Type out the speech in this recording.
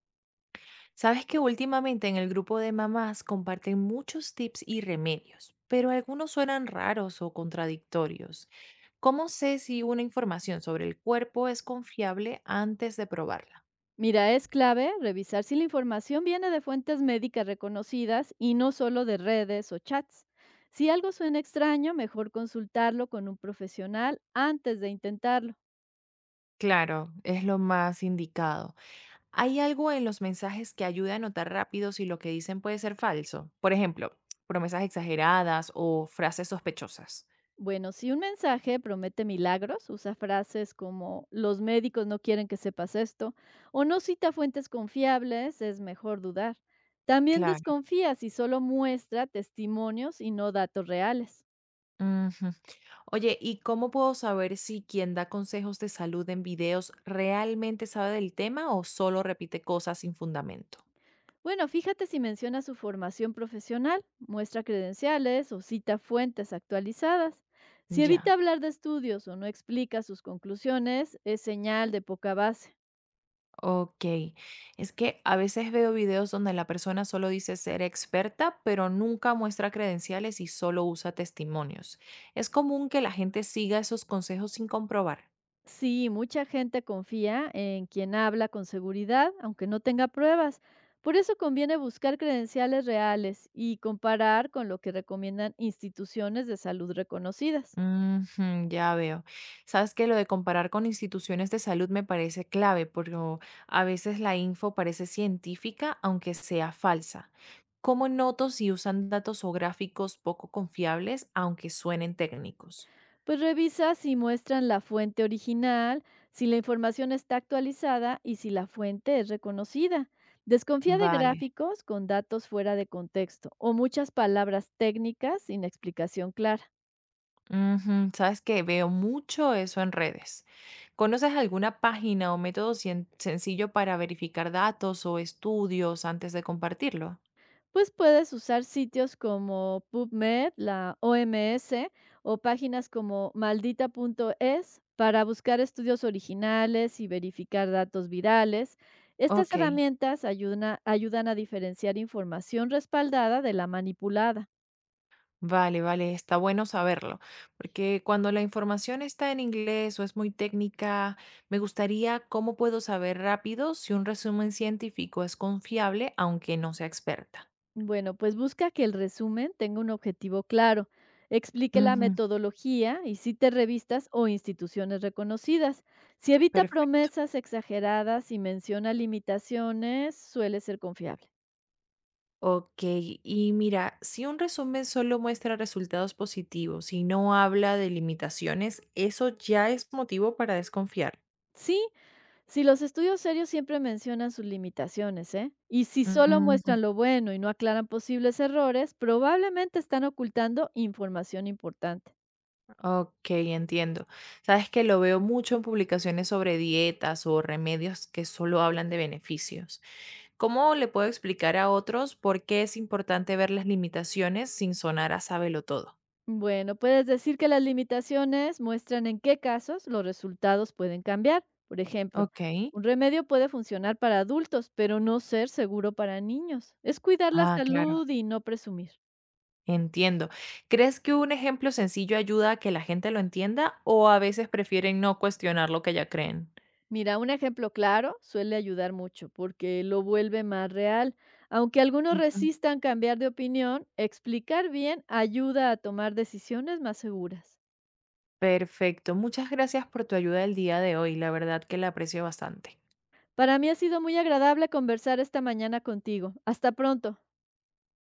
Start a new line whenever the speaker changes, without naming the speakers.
Sabes que últimamente en el grupo de mamás comparten muchos tips y remedios, pero algunos suenan raros o contradictorios. ¿Cómo sé si una información sobre el cuerpo es confiable antes de probarla?
Mira, es clave revisar si la información viene de fuentes médicas reconocidas y no solo de redes o chats. Si algo suena extraño, mejor consultarlo con un profesional antes de intentarlo.
Claro, es lo más indicado. ¿Hay algo en los mensajes que ayude a notar rápido si lo que dicen puede ser falso? Por ejemplo, promesas exageradas o frases sospechosas.
Bueno, si un mensaje promete milagros, usa frases como los médicos no quieren que sepas esto o no cita fuentes confiables, es mejor dudar. También
Claro.
desconfía si solo muestra testimonios y no datos reales.
Ujú. Oye, ¿y cómo puedo saber si quien da consejos de salud en videos realmente sabe del tema o solo repite cosas sin fundamento?
Bueno, fíjate si menciona su formación profesional, muestra credenciales o cita fuentes actualizadas. Si
Ya,
evita hablar de estudios o no explica sus conclusiones, es señal de poca base.
ok. Es que a veces veo videos donde la persona solo dice ser experta, pero nunca muestra credenciales y solo usa testimonios. Es común que la gente siga esos consejos sin comprobar.
Sí, mucha gente confía en quien habla con seguridad, aunque no tenga pruebas. Por eso conviene buscar credenciales reales y comparar con lo que recomiendan instituciones de salud reconocidas.
Ujú, ya veo. Sabes que lo de comparar con instituciones de salud me parece clave, porque a veces la info parece científica, aunque sea falsa. ¿Cómo noto si usan datos o gráficos poco confiables, aunque suenen técnicos?
Pues revisa si muestran la fuente original, si la información está actualizada y si la fuente es reconocida. Desconfía de
Vale.
gráficos con datos fuera de contexto o muchas palabras técnicas sin explicación clara.
Ujú, sabes que veo mucho eso en redes. ¿Conoces alguna página o método sencillo para verificar datos o estudios antes de compartirlo?
Pues puedes usar sitios como PubMed, la OMS o páginas como maldita punto es para buscar estudios originales y verificar datos virales. Estas
Ok.
herramientas ayudan a diferenciar información respaldada de la manipulada.
Vale, vale, está bueno saberlo, porque cuando la información está en inglés o es muy técnica, me gustaría cómo puedo saber rápido si un resumen científico es confiable, aunque no sea experta.
Bueno, pues busca que el resumen tenga un objetivo claro, explique la
Ujú,
metodología y cite revistas o instituciones reconocidas. Si evita
perfecto.
promesas exageradas y menciona limitaciones, suele ser confiable.
Ok, y mira, si un resumen solo muestra resultados positivos y no habla de limitaciones, ¿eso ya es motivo para desconfiar?
Sí, si los estudios serios siempre mencionan sus limitaciones, ¿eh? Y si solo muestran lo bueno y no aclaran posibles errores, probablemente están ocultando información importante.
Ok, entiendo. Sabes que lo veo mucho en publicaciones sobre dietas o remedios que solo hablan de beneficios. ¿Cómo le puedo explicar a otros por qué es importante ver las limitaciones sin sonar a sábelo todo?
Bueno, puedes decir que las limitaciones muestran en qué casos los resultados pueden cambiar. Por ejemplo,
Ok.
un remedio puede funcionar para adultos, pero no ser seguro para niños. Es cuidar la
Ah, claro.
salud y no presumir.
Entiendo. ¿Crees que un ejemplo sencillo ayuda a que la gente lo entienda o a veces prefieren no cuestionar lo que ya creen?
Mira, un ejemplo claro suele ayudar mucho porque lo vuelve más real. Aunque algunos
Ujú.
resistan cambiar de opinión, explicar bien ayuda a tomar decisiones más seguras.
Perfecto. Muchas gracias por tu ayuda el día de hoy. La verdad que la aprecio bastante.
Para mí ha sido muy agradable conversar esta mañana contigo. Hasta pronto.